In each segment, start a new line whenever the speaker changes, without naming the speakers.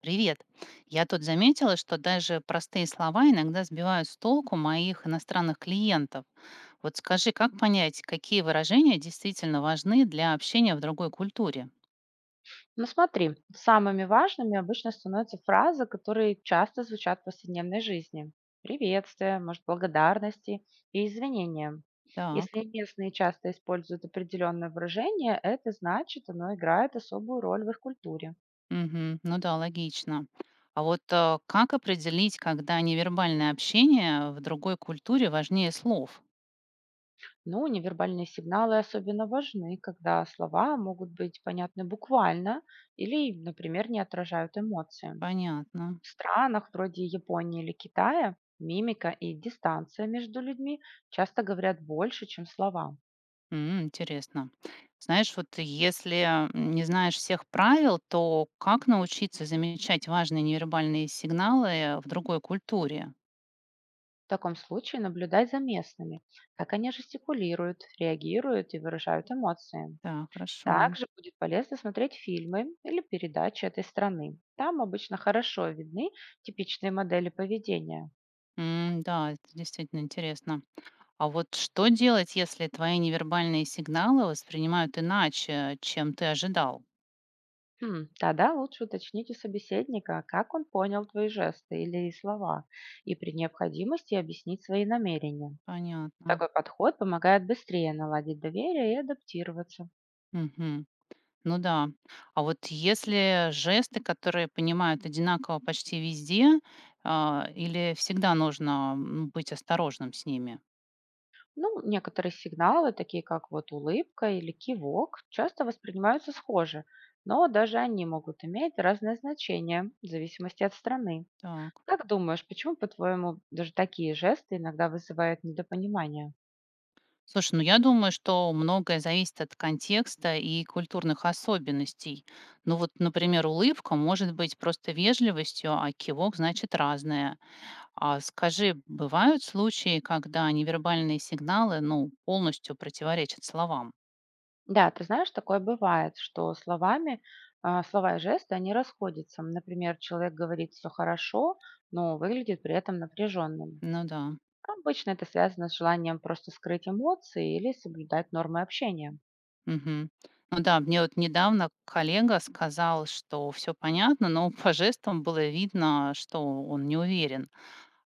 Привет. Я тут заметила, что даже простые слова иногда сбивают с толку моих иностранных клиентов. Вот скажи, как понять, какие выражения действительно важны для общения в другой культуре?
Ну смотри, самыми важными обычно становятся фразы, которые часто звучат в повседневной жизни. Приветствия, может, благодарности и извинения.
Так,
Если местные часто используют определенное выражение, это значит, оно играет особую роль в их культуре.
мгм, ну да, логично. А вот как определить, когда невербальное общение в другой культуре важнее слов?
Ну, невербальные сигналы особенно важны, когда слова могут быть понятны буквально или, например, не отражают эмоции.
Понятно.
В странах вроде Японии или Китая мимика и дистанция между людьми часто говорят больше, чем слова.
М, интересно. Знаешь, вот если не знаешь всех правил, то как научиться замечать важные невербальные сигналы в другой культуре?
В таком случае наблюдай за местными, как они жестикулируют, реагируют и выражают эмоции.
Да, хорошо.
Также будет полезно смотреть фильмы или передачи этой страны. Там обычно хорошо видны типичные модели поведения.
М, да, это действительно интересно. А вот что делать, если твои невербальные сигналы воспринимают иначе, чем ты ожидал?
Хм, тогда лучше уточнить у собеседника, как он понял твои жесты или слова, и при необходимости объяснить свои намерения.
Понятно.
Такой подход помогает быстрее наладить доверие и адаптироваться.
Мгм. Ну да. А вот если жесты, которые понимают одинаково почти везде, а, или всегда нужно быть осторожным с ними?
Ну, некоторые сигналы, такие как вот улыбка или кивок, часто воспринимаются схоже, но даже они могут иметь разное значение в зависимости от страны.
Так.
Как думаешь, почему, по-твоему, даже такие жесты иногда вызывают недопонимание?
Слушай, ну я думаю, что многое зависит от контекста и культурных особенностей. Ну вот, например, улыбка может быть просто вежливостью, а кивок значит разное. А скажи, бывают случаи, когда невербальные сигналы, ну, полностью противоречат словам?
Да, ты знаешь, такое бывает, что словами, слова и жесты, они расходятся. Например, человек говорит: все хорошо, но выглядит при этом напряженным.
Ну да.
Обычно это связано с желанием просто скрыть эмоции или соблюдать нормы общения.
Мгм. Ну да, мне вот недавно коллега сказал, что все понятно, но по жестам было видно, что он не уверен.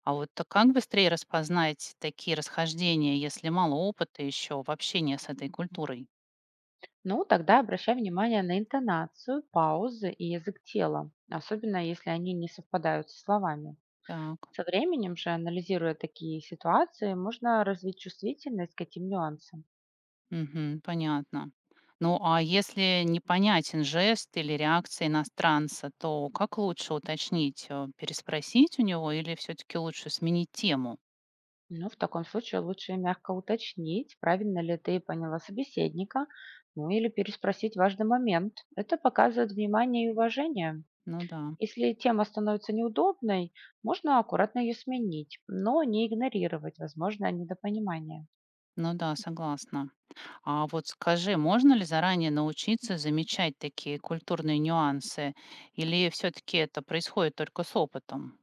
А вот то как быстрее распознать такие расхождения, если мало опыта еще в общении с этой культурой?
Ну, тогда обращай внимание на интонацию, паузы и язык тела, особенно если они не совпадают со словами.
Так,
Со временем же, анализируя такие ситуации, можно развить чувствительность к этим нюансам.
мгм, понятно. Ну а если непонятен жест или реакция иностранца, то как лучше уточнить, переспросить у него или все-таки лучше сменить тему?
Ну, в таком случае лучше мягко уточнить, правильно ли ты поняла собеседника, ну или переспросить важный момент. Это показывает внимание и уважение.
Ну да,
Если тема становится неудобной, можно аккуратно ее сменить, но не игнорировать возможное недопонимание.
ну да, согласна. А вот скажи, можно ли заранее научиться замечать такие культурные нюансы? Или все-таки это происходит только с опытом?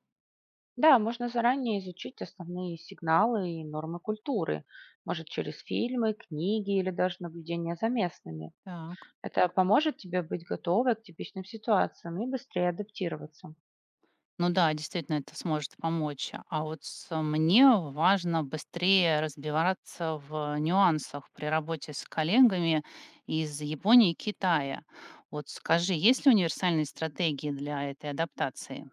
Да, можно заранее изучить основные сигналы и нормы культуры, может через фильмы, книги или даже наблюдения за местными.
Так.
Это поможет тебе быть готовой к типичным ситуациям и быстрее адаптироваться.
Ну да, действительно, это сможет помочь. А вот мне важно быстрее разбираться в нюансах при работе с коллегами из Японии и Китая. Вот скажи, есть ли универсальные стратегии для этой адаптации?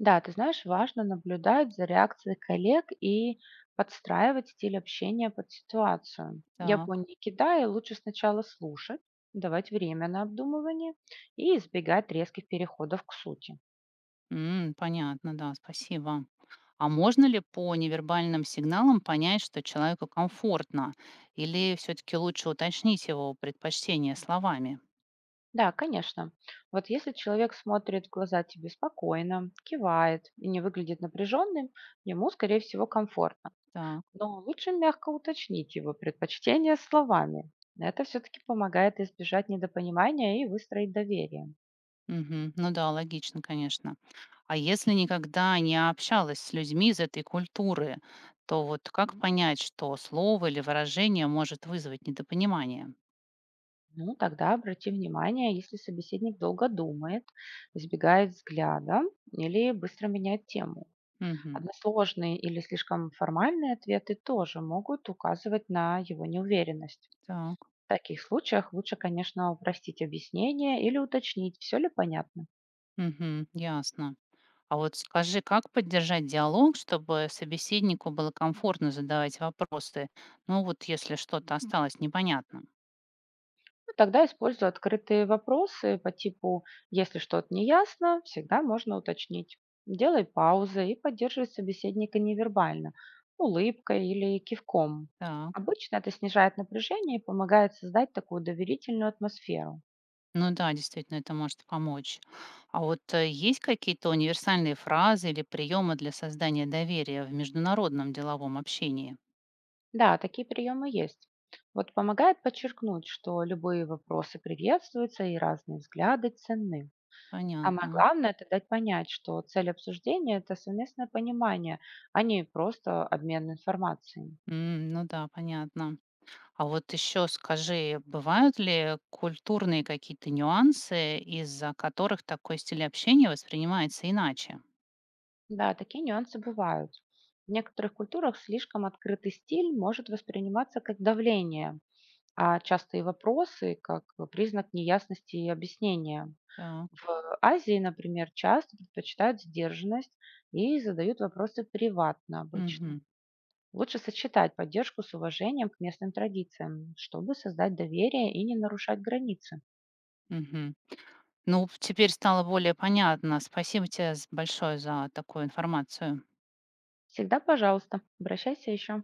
Да, ты знаешь, важно наблюдать за реакцией коллег и подстраивать стиль общения под ситуацию. Я бы
Так.
не кидаю, лучше сначала слушать, давать время на обдумывание и избегать резких переходов к сути.
М, понятно, да, спасибо. А можно ли по невербальным сигналам понять, что человеку комфортно? Или все-таки лучше уточнить его предпочтение словами?
Да, конечно. Вот если человек смотрит в глаза тебе спокойно, кивает и не выглядит напряженным, ему, скорее всего, комфортно.
Так,
Но лучше мягко уточнить его предпочтения словами. Это все-таки помогает избежать недопонимания и выстроить доверие.
мгм. Ну да, логично, конечно. А если никогда не общалась с людьми из этой культуры, то вот как понять, что слово или выражение может вызвать недопонимание?
Ну, тогда обрати внимание, если собеседник долго думает, избегает взгляда или быстро меняет тему.
Мгм.
Односложные или слишком формальные ответы тоже могут указывать на его неуверенность.
Так,
В таких случаях лучше, конечно, упростить объяснение или уточнить, все ли понятно.
мгм, ясно. А вот скажи, как поддержать диалог, чтобы собеседнику было комфортно задавать вопросы? Ну вот если что-то осталось непонятным.
Ну, тогда использую открытые вопросы по типу «если что-то не ясно, всегда можно уточнить». Делай паузы и поддерживай собеседника невербально, улыбкой или кивком.
Так,
Обычно это снижает напряжение и помогает создать такую доверительную атмосферу.
ну да, действительно, это может помочь. А вот есть какие-то универсальные фразы или приемы для создания доверия в международном деловом общении?
Да, такие приемы есть. Вот помогает подчеркнуть, что любые вопросы приветствуются и разные взгляды ценны. Самое
Понятно.
главное — это дать понять, что цель обсуждения — это совместное понимание, а не просто обмен информацией.
М, ну да, понятно. А вот еще скажи, бывают ли культурные какие-то нюансы, из-за которых такой стиль общения воспринимается иначе?
Да, такие нюансы бывают. В некоторых культурах слишком открытый стиль может восприниматься как давление, а частые вопросы– как признак неясности и объяснения. В Азии, например, часто предпочитают сдержанность и задают вопросы приватно обычно.
Мгм,
Лучше сочетать поддержку с уважением к местным традициям, чтобы создать доверие и не нарушать границы.
мгм. Ну, теперь стало более понятно. Спасибо тебе з большое за такую информацию.
Всегда, пожалуйста, обращайся еще.